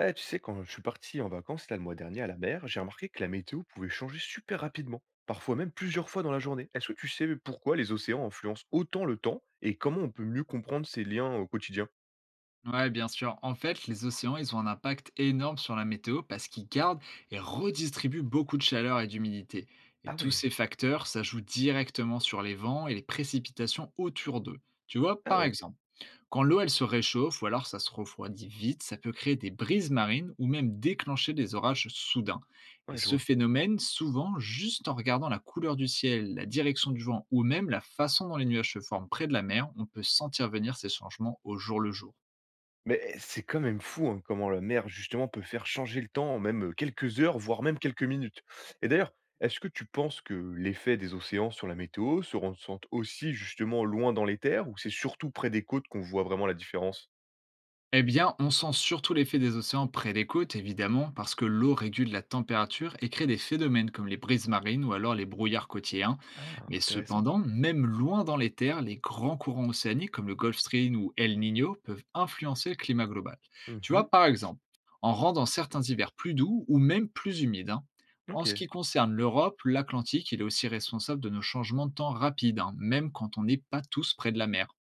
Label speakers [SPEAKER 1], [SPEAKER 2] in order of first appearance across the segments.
[SPEAKER 1] Eh, tu sais, quand je suis parti en vacances là, le mois dernier à la mer, j'ai remarqué que la météo pouvait changer super rapidement, parfois même plusieurs fois dans la journée. Est-ce que tu sais pourquoi les océans influencent autant le temps et comment on peut mieux comprendre ces liens au quotidien?
[SPEAKER 2] Ouais, bien sûr. En fait, les océans, ils ont un impact énorme sur la météo parce qu'ils gardent et redistribuent beaucoup de chaleur et d'humidité. Et
[SPEAKER 1] Ah
[SPEAKER 2] tous
[SPEAKER 1] ouais,
[SPEAKER 2] ces facteurs, ça joue directement sur les vents et les précipitations autour d'eux. Tu vois,
[SPEAKER 1] ah
[SPEAKER 2] par
[SPEAKER 1] ouais,
[SPEAKER 2] exemple, quand l'eau, elle se réchauffe ou alors ça se refroidit vite, ça peut créer des brises marines ou même déclencher des orages soudains. Et
[SPEAKER 1] ouais, je
[SPEAKER 2] ce
[SPEAKER 1] vois.
[SPEAKER 2] phénomène, souvent, juste en regardant la couleur du ciel, la direction du vent ou même la façon dont les nuages se forment près de la mer, on peut sentir venir ces changements au jour le jour.
[SPEAKER 1] Mais c'est quand même fou hein, comment la mer, justement, peut faire changer le temps en même quelques heures, voire même quelques minutes. Et d'ailleurs, est-ce que tu penses que l'effet des océans sur la météo se ressent aussi justement loin dans les terres ou c'est surtout près des côtes qu'on voit vraiment la différence?
[SPEAKER 2] Eh bien, on sent surtout l'effet des océans près des côtes, évidemment, parce que l'eau régule la température et crée des phénomènes comme les brises marines ou alors les brouillards côtiers, hein.
[SPEAKER 1] Ah,
[SPEAKER 2] Mais
[SPEAKER 1] intéressant.
[SPEAKER 2] cependant, même loin dans les terres, les grands courants océaniques comme le Gulf Stream ou El Niño peuvent influencer le climat global. Tu vois,
[SPEAKER 1] Mmh.
[SPEAKER 2] par exemple, en rendant certains hivers plus doux ou même plus humides, hein. En ce
[SPEAKER 1] OK.
[SPEAKER 2] qui concerne l'Europe, l'Atlantique, il est aussi responsable de nos changements de temps rapides, hein, même quand on n'est pas tous près de la mer.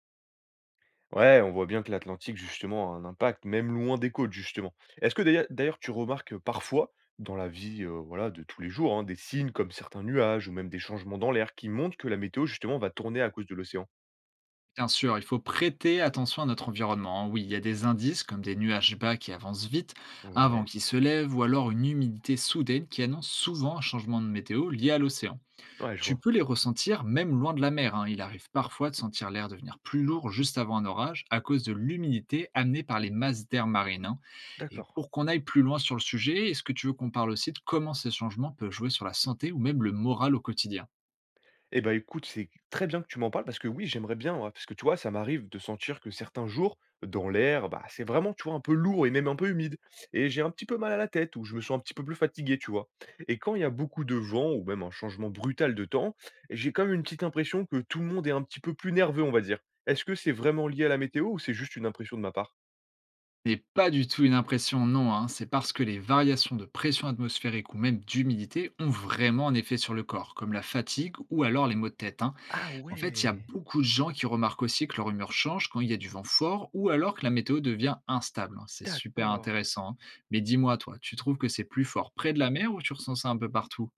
[SPEAKER 1] Ouais, on voit bien que l'Atlantique justement a un impact, même loin des côtes justement. Est-ce que d'ailleurs tu remarques, parfois dans la vie, voilà, de tous les jours, hein, des signes comme certains nuages ou même des changements dans l'air qui montrent que la météo justement va tourner à cause de l'océan?
[SPEAKER 2] Bien sûr, il faut prêter attention à notre environnement, hein. Oui, il y a des indices comme des nuages bas qui avancent vite, un vent
[SPEAKER 1] Ouais.
[SPEAKER 2] qui se lève ou alors une humidité soudaine qui annonce souvent un changement de météo lié à l'océan.
[SPEAKER 1] Ouais, je
[SPEAKER 2] Tu
[SPEAKER 1] vois.
[SPEAKER 2] peux les ressentir même loin de la mer, hein. Il arrive parfois de sentir l'air devenir plus lourd juste avant un orage à cause de l'humidité amenée par les masses d'air marine, hein. Et
[SPEAKER 1] D'accord.
[SPEAKER 2] pour qu'on aille plus loin sur le sujet, est-ce que tu veux qu'on parle aussi de comment ces changements peuvent jouer sur la santé ou même le moral au quotidien?
[SPEAKER 1] Eh ben écoute, c'est très bien que tu m'en parles parce que oui, j'aimerais bien, ouais, parce que tu vois, ça m'arrive de sentir que certains jours, dans l'air, bah, c'est vraiment, tu vois, un peu lourd et même un peu humide. Et j'ai un petit peu mal à la tête ou je me sens un petit peu plus fatigué, tu vois. Et quand il y a beaucoup de vent ou même un changement brutal de temps, j'ai quand même une petite impression que tout le monde est un petit peu plus nerveux, on va dire. Est-ce que c'est vraiment lié à la météo ou c'est juste une impression de ma part?
[SPEAKER 2] N'est pas du tout une impression, non, hein. C'est parce que les variations de pression atmosphérique ou même d'humidité ont vraiment un effet sur le corps, comme la fatigue ou alors les maux de tête, hein.
[SPEAKER 1] Ah
[SPEAKER 2] En fait, il y
[SPEAKER 1] ouais,
[SPEAKER 2] a beaucoup de gens qui remarquent aussi que leur humeur change quand il y a du vent fort ou alors que la météo devient instable, hein. C'est super
[SPEAKER 1] d'accord.
[SPEAKER 2] intéressant, hein. Mais dis-moi, toi, tu trouves que c'est plus fort près de la mer ou tu ressens ça un peu partout?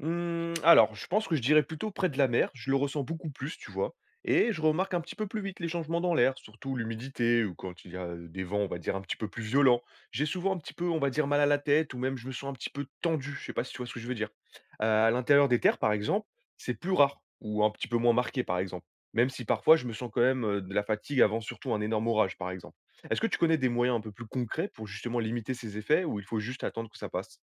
[SPEAKER 1] Mmh, alors, je pense que je dirais plutôt près de la mer, je le ressens beaucoup plus, tu vois? Et je remarque un petit peu plus vite les changements dans l'air, surtout l'humidité ou quand il y a, des vents, on va dire, un petit peu plus violents. J'ai souvent un petit peu, on va dire, mal à la tête ou même je me sens un petit peu tendu, je sais pas si tu vois ce que je veux dire? À l'intérieur des terres, par exemple, c'est plus rare ou un petit peu moins marqué, par exemple. Même si parfois je me sens quand même, de la fatigue avant surtout un énorme orage, par exemple. Est-ce que tu connais des moyens un peu plus concrets pour justement limiter ces effets ou il faut juste attendre que ça passe?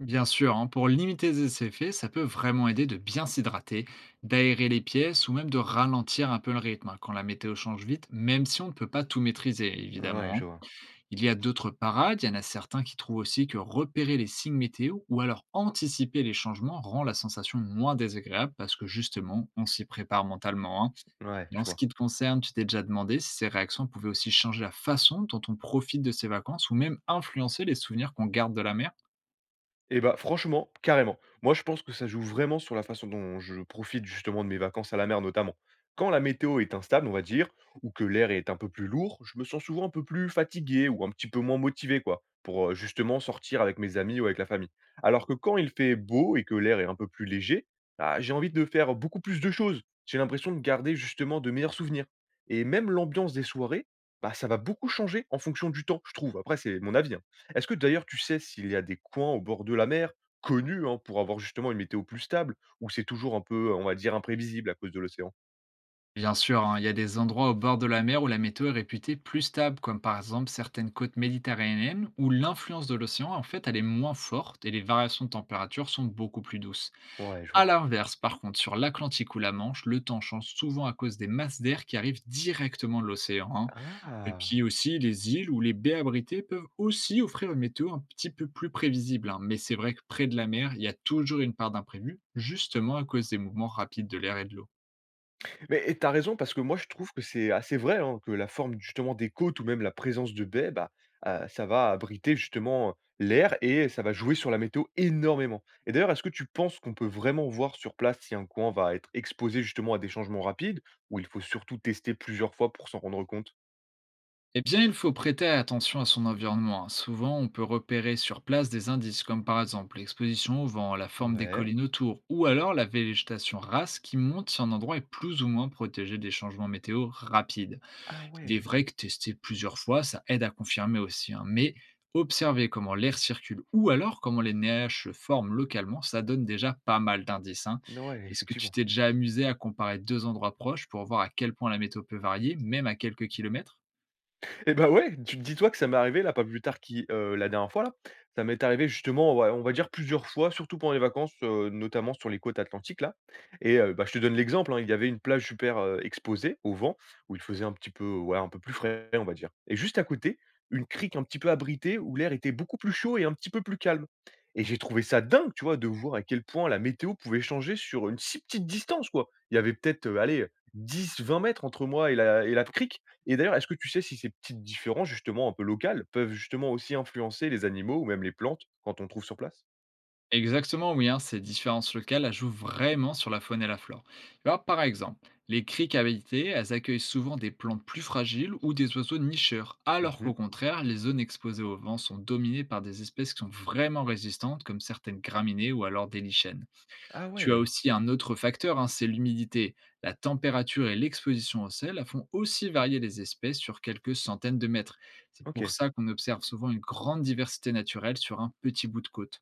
[SPEAKER 2] Bien sûr, hein, pour limiter ces effets, ça peut vraiment aider de bien s'hydrater, d'aérer les pièces ou même de ralentir un peu le rythme, hein, quand la météo change vite, même si on ne peut pas tout maîtriser,
[SPEAKER 1] Ouais,
[SPEAKER 2] évidemment,
[SPEAKER 1] je
[SPEAKER 2] hein.
[SPEAKER 1] vois.
[SPEAKER 2] Il y a d'autres parades, il y en a certains qui trouvent aussi que repérer les signes météo ou alors anticiper les changements rend la sensation moins désagréable parce que justement, on s'y prépare mentalement, hein.
[SPEAKER 1] Ouais,
[SPEAKER 2] Et
[SPEAKER 1] je
[SPEAKER 2] en ce
[SPEAKER 1] vois.
[SPEAKER 2] qui te concerne, tu t'es déjà demandé si ces réactions pouvaient aussi changer la façon dont on profite de ces vacances ou même influencer les souvenirs qu'on garde de la mer?
[SPEAKER 1] Et bah, franchement, carrément. Moi, je pense que ça joue vraiment sur la façon dont je profite justement de mes vacances à la mer, notamment. Quand la météo est instable, on va dire, ou que l'air est un peu plus lourd, je me sens souvent un peu plus fatigué ou un petit peu moins motivé, quoi, pour justement sortir avec mes amis ou avec la famille. Alors que quand il fait beau et que l'air est un peu plus léger, ah, j'ai envie de faire beaucoup plus de choses. J'ai l'impression de garder justement de meilleurs souvenirs. Et même l'ambiance des soirées, bah, ça va beaucoup changer en fonction du temps, je trouve. Après, c'est mon avis. Hein. Est-ce que d'ailleurs tu sais s'il y a des coins au bord de la mer, connus, hein, pour avoir justement une météo plus stable, ou c'est toujours un peu, on va dire, imprévisible à cause de l'océan?
[SPEAKER 2] Bien sûr, hein, il y a des endroits au bord de la mer où la météo est réputée plus stable, comme par exemple certaines côtes méditerranéennes, où l'influence de l'océan, en fait, elle est moins forte et les variations de température sont beaucoup plus douces.
[SPEAKER 1] Ouais, je
[SPEAKER 2] À
[SPEAKER 1] vois.
[SPEAKER 2] l'inverse, par contre, sur l'Atlantique ou la Manche, le temps change souvent à cause des masses d'air qui arrivent directement de l'océan, hein. Et
[SPEAKER 1] Ah!
[SPEAKER 2] puis aussi, les îles ou les baies abritées peuvent aussi offrir une météo un petit peu plus prévisible, hein. Mais c'est vrai que près de la mer, il y a toujours une part d'imprévu, justement à cause des mouvements rapides de l'air et de l'eau.
[SPEAKER 1] Mais et tu raison parce que moi je trouve que c'est assez vrai, hein, que la forme justement des côtes ou même la présence de baies, bah, ça va abriter justement l'air et ça va jouer sur la météo énormément. Et d'ailleurs, est-ce que tu penses qu'on peut vraiment voir sur place si un coin va être exposé justement à des changements rapides, ou il faut surtout tester plusieurs fois pour s'en rendre compte?
[SPEAKER 2] Eh bien, il faut prêter attention à son environnement, hein. Souvent, on peut repérer sur place des indices, comme par exemple l'exposition au vent, la forme des
[SPEAKER 1] Ouais.
[SPEAKER 2] collines autour, ou alors la végétation rase qui monte si un endroit est plus ou moins protégé des changements météo rapides.
[SPEAKER 1] Ah
[SPEAKER 2] Il est
[SPEAKER 1] ouais!
[SPEAKER 2] vrai que tester plusieurs fois, ça aide à confirmer aussi, hein, mais observer comment l'air circule ou alors comment les nuages se forment localement, ça donne déjà pas mal d'indices, hein.
[SPEAKER 1] N ouais,
[SPEAKER 2] Est-ce que tu
[SPEAKER 1] effectivement.
[SPEAKER 2] t'es déjà amusé à comparer deux endroits proches pour voir à quel point la météo peut varier, même à quelques kilomètres?
[SPEAKER 1] Et bah, ouais, tu dis-toi que ça m'est arrivé là, pas plus tard qui la dernière fois là, ça m'est arrivé justement, ouais, on va dire plusieurs fois, surtout pendant les vacances, notamment sur les côtes atlantiques là. Et bah, je te donne l'exemple, hein, il y avait une plage super, exposée au vent où il faisait un petit peu, ouais, un peu plus frais, on va dire et juste à côté, une crique un petit peu abritée où l'air était beaucoup plus chaud et un petit peu plus calme et j'ai trouvé ça dingue, tu vois, de voir à quel point la météo pouvait changer sur une si petite distance, quoi. Il y avait peut-être, allez, 10 20 mètres entre moi et la crique. Et d'ailleurs, est-ce que tu sais si ces petites différences, justement, un peu locales, peuvent justement aussi influencer les animaux ou même les plantes quand on trouve sur place?
[SPEAKER 2] Exactement, oui, hein, ces différences locales elles jouent vraiment sur la faune et la flore. Tu vois, par exemple, les criques habitées, elles accueillent souvent des plantes plus fragiles ou des oiseaux nicheurs, alors qu'au
[SPEAKER 1] Mmh.
[SPEAKER 2] contraire, les zones exposées au vent sont dominées par des espèces qui sont vraiment résistantes, comme certaines graminées ou alors des lichens.
[SPEAKER 1] Ah
[SPEAKER 2] Tu as
[SPEAKER 1] ouais,
[SPEAKER 2] aussi un autre facteur, hein, c'est l'humidité. La température et l'exposition au sel elles font aussi varier les espèces sur quelques centaines de mètres. C'est pour
[SPEAKER 1] OK.
[SPEAKER 2] ça qu'on observe souvent une grande diversité naturelle sur un petit bout de côte.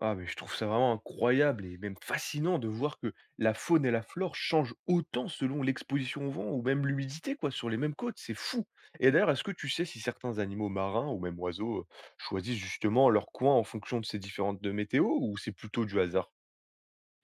[SPEAKER 1] Ah mais je trouve ça vraiment incroyable et même fascinant de voir que la faune et la flore changent autant selon l'exposition au vent ou même l'humidité, quoi, sur les mêmes côtes, c'est fou! Et d'ailleurs, est-ce que tu sais si certains animaux marins ou même oiseaux, choisissent justement leur coin en fonction de ces différentes de météos ou c'est plutôt du hasard?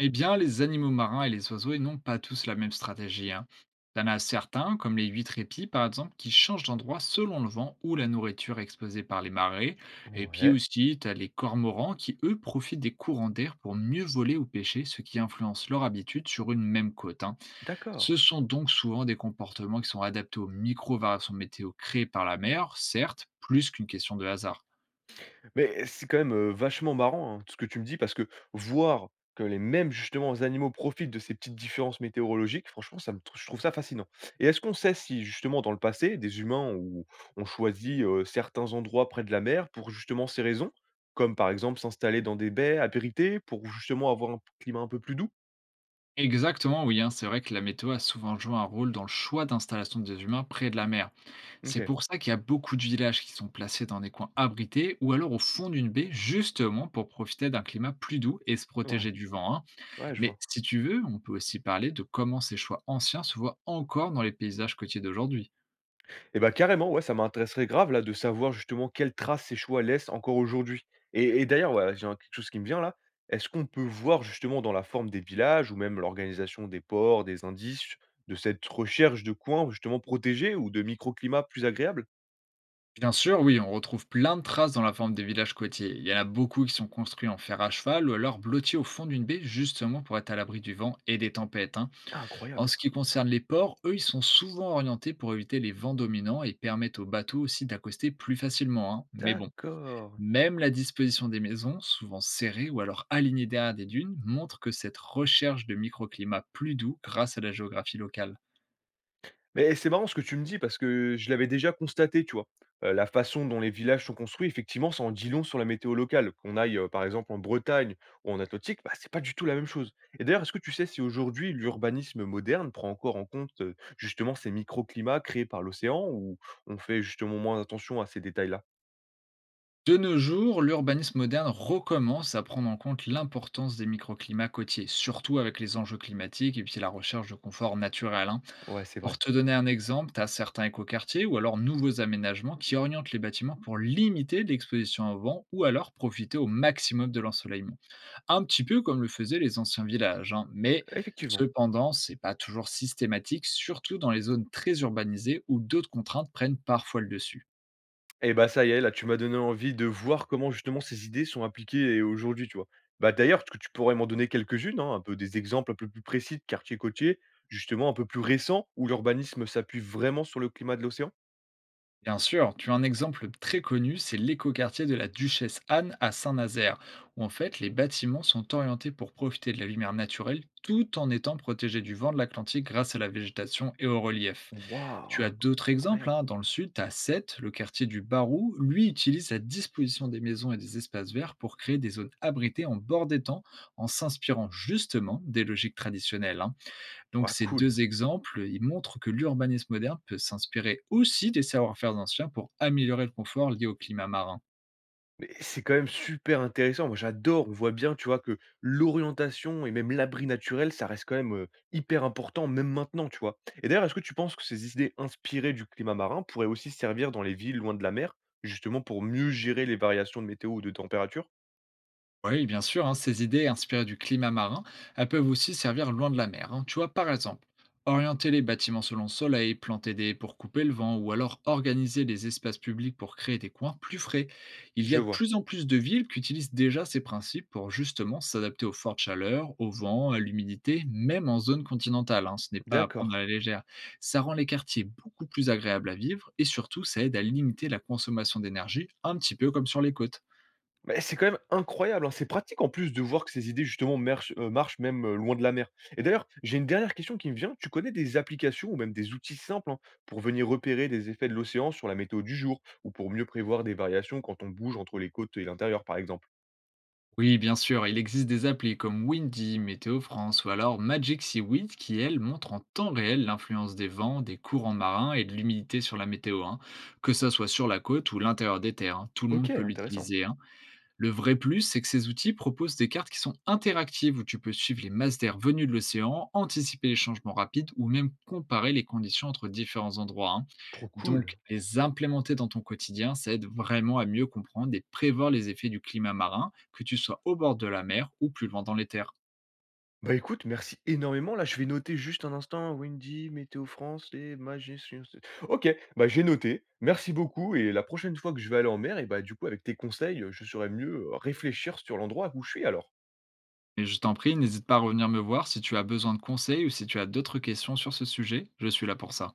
[SPEAKER 2] Eh bien, les animaux marins et les oiseaux ils n'ont pas tous la même stratégie, hein. T'en as certains, comme les huîtres épis par exemple, qui changent d'endroit selon le vent ou la nourriture exposée par les marées. Et puis
[SPEAKER 1] Ouais,
[SPEAKER 2] aussi, t'as les cormorans qui, eux, profitent des courants d'air pour mieux voler ou pêcher, ce qui influence leur habitude sur une même côte, hein.
[SPEAKER 1] d'accord.
[SPEAKER 2] Ce sont donc souvent des comportements qui sont adaptés aux micro-variations météo créées par la mer, certes, plus qu'une question de hasard.
[SPEAKER 1] Mais c'est quand même, vachement marrant, hein, tout ce que tu me dis parce que voir que les mêmes justement animaux profitent de ces petites différences météorologiques, franchement ça me trou je trouve ça fascinant. Et est-ce qu'on sait si justement dans le passé des humains ont choisi, certains endroits près de la mer pour justement ces raisons? Comme par exemple s'installer dans des baies abritées pour justement avoir un climat un peu plus doux?
[SPEAKER 2] Exactement, oui, hein, c'est vrai que la météo a souvent joué un rôle dans le choix d'installation des humains près de la mer. C'est
[SPEAKER 1] OK,
[SPEAKER 2] pour ça qu'il y a beaucoup de villages qui sont placés dans des coins abrités ou alors au fond d'une baie, justement pour profiter d'un climat plus doux et se
[SPEAKER 1] ouais,
[SPEAKER 2] protéger du vent, hein.
[SPEAKER 1] ouais je
[SPEAKER 2] Mais
[SPEAKER 1] vois.
[SPEAKER 2] si tu veux, on peut aussi parler de comment ces choix anciens se voient encore dans les paysages côtiers d'aujourd'hui.
[SPEAKER 1] Et bah, carrément, ouais, ça m'intéresserait grave là de savoir justement quelles traces ces choix laissent encore aujourd'hui. Et d'ailleurs, ouais, j'ai un quelque chose qui me vient là. Est-ce qu'on peut voir justement dans la forme des villages ou même l'organisation des ports, des indices de cette recherche de coins justement protégés ou de microclimats plus agréables?
[SPEAKER 2] Bien sûr, oui, on retrouve plein de traces dans la forme des villages côtiers. Il y en a beaucoup qui sont construits en fer à cheval ou alors blottis au fond d'une baie, justement pour être à l'abri du vent et des tempêtes, hein.
[SPEAKER 1] Ah,
[SPEAKER 2] En ce
[SPEAKER 1] incroyable!
[SPEAKER 2] qui concerne les ports, eux, ils sont souvent orientés pour éviter les vents dominants et permettent aux bateaux aussi d'accoster plus facilement, hein. Mais bon,
[SPEAKER 1] D'accord.
[SPEAKER 2] même la disposition des maisons, souvent serrées ou alors alignées derrière des dunes, montre que cette recherche de microclimats plus doux grâce à la géographie locale.
[SPEAKER 1] Mais c'est marrant ce que tu me dis parce que je l'avais déjà constaté, tu vois? La façon dont les villages sont construits, effectivement, ça en dit long sur la météo locale. Qu'on aille, par exemple en Bretagne ou en Atlantique, bah, c'est pas du tout la même chose. Et d'ailleurs, est-ce que tu sais si aujourd'hui l'urbanisme moderne prend encore en compte, justement ces microclimats créés par l'océan ou on fait justement moins attention à ces détails-là?
[SPEAKER 2] De nos jours, l'urbanisme moderne recommence à prendre en compte l'importance des microclimats côtiers, surtout avec les enjeux climatiques et puis la recherche de confort naturel, hein.
[SPEAKER 1] Ouais, c'est
[SPEAKER 2] Pour
[SPEAKER 1] vrai.
[SPEAKER 2] te donner un exemple, tu as certains écoquartiers ou alors nouveaux aménagements qui orientent les bâtiments pour limiter l'exposition au vent ou alors profiter au maximum de l'ensoleillement. Un petit peu comme le faisaient les anciens villages, hein, mais
[SPEAKER 1] Effectivement.
[SPEAKER 2] cependant, c'est pas toujours systématique, surtout dans les zones très urbanisées où d'autres contraintes prennent parfois le dessus.
[SPEAKER 1] Et bah, ça y est, là, tu m'as donné envie de voir comment justement ces idées sont appliquées et aujourd'hui, tu vois? Bah, d'ailleurs, est que tu pourrais m'en donner quelques-unes, hein, un peu des exemples un peu plus précis de quartiers côtiers, justement un peu plus récents, où l'urbanisme s'appuie vraiment sur le climat de l'océan?
[SPEAKER 2] Bien sûr, tu as un exemple très connu, c'est l'écoquartier de la Duchesse Anne à Saint-Nazaire, où en fait les bâtiments sont orientés pour profiter de la lumière naturelle tout en étant protégés du vent de l'Atlantique grâce à la végétation et au relief. Tu as
[SPEAKER 1] Waouh!
[SPEAKER 2] d'autres exemples, hein,
[SPEAKER 1] Incroyable.
[SPEAKER 2] dans le sud, tu as Sète, le quartier du Barou, lui utilise la disposition des maisons et des espaces verts pour créer des zones abritées en bord des temps, en s'inspirant justement des logiques traditionnelles, hein. Donc
[SPEAKER 1] Waouh,
[SPEAKER 2] ces
[SPEAKER 1] cool.
[SPEAKER 2] deux exemples, ils montrent que l'urbanisme moderne peut s'inspirer aussi des savoir-faire anciens pour améliorer le confort lié au climat marin.
[SPEAKER 1] Mais c'est quand même super intéressant. Moi, j'adore. On voit bien, tu vois, que l'orientation et même l'abri naturel, ça reste quand même hyper important, même maintenant, tu vois. Et d'ailleurs, est-ce que tu penses que ces idées inspirées du climat marin pourraient aussi servir dans les villes loin de la mer, justement pour mieux gérer les variations de météo ou de température?
[SPEAKER 2] Oui, bien sûr, hein, ces idées inspirées du climat marin, elles peuvent aussi servir loin de la mer, hein. Tu vois, par exemple, orienter les bâtiments selon le soleil, planter des haies pour couper le vent, ou alors organiser les espaces publics pour créer des coins plus frais. Il y
[SPEAKER 1] Je
[SPEAKER 2] a de
[SPEAKER 1] vois.
[SPEAKER 2] plus en plus de villes qui utilisent déjà ces principes pour justement s'adapter aux fortes chaleurs, au vent, à l'humidité, même en zone continentale, hein. Ce n'est pas à
[SPEAKER 1] D'accord.
[SPEAKER 2] prendre à la légère. Ça rend les quartiers beaucoup plus agréables à vivre et surtout, ça aide à limiter la consommation d'énergie, un petit peu comme sur les côtes.
[SPEAKER 1] Mais c'est quand même incroyable, hein. C'est pratique en plus de voir que ces idées justement marchent même, loin de la mer et d'ailleurs, j'ai une dernière question qui me vient. Tu connais des applications ou même des outils simples, hein, pour venir repérer les effets de l'océan sur la météo du jour ou pour mieux prévoir des variations quand on bouge entre les côtes et l'intérieur, par exemple?
[SPEAKER 2] Oui, bien sûr, il existe des applis comme Windy, Météo France ou alors Magic Seaweed qui, elles, montrent en temps réel l'influence des vents, des courants marins et de l'humidité sur la météo, hein, que ça soit sur la côte ou l'intérieur des terres, hein, tout le
[SPEAKER 1] OK,
[SPEAKER 2] monde peut
[SPEAKER 1] intéressant.
[SPEAKER 2] l'utiliser, hein. Le vrai plus, c'est que ces outils proposent des cartes qui sont interactives où tu peux suivre les masses d'air venues de l'océan, anticiper les changements rapides ou même comparer les conditions entre différents endroits, hein.
[SPEAKER 1] Trop cool.
[SPEAKER 2] Donc, les implémenter dans ton quotidien, ça aide vraiment à mieux comprendre et prévoir les effets du climat marin, que tu sois au bord de la mer ou plus loin dans les terres.
[SPEAKER 1] Bah, écoute, merci énormément. Là, je vais noter juste un instant, Windy, Météo France et Majestion. OK, bah, j'ai noté. Merci beaucoup et la prochaine fois que je vais aller en mer et bah, du coup avec tes conseils, je saurais mieux, réfléchir sur l'endroit où je suis alors.
[SPEAKER 2] Et je t'en prie, n'hésite pas à revenir me voir si tu as besoin de conseils ou si tu as d'autres questions sur ce sujet, je suis là pour ça.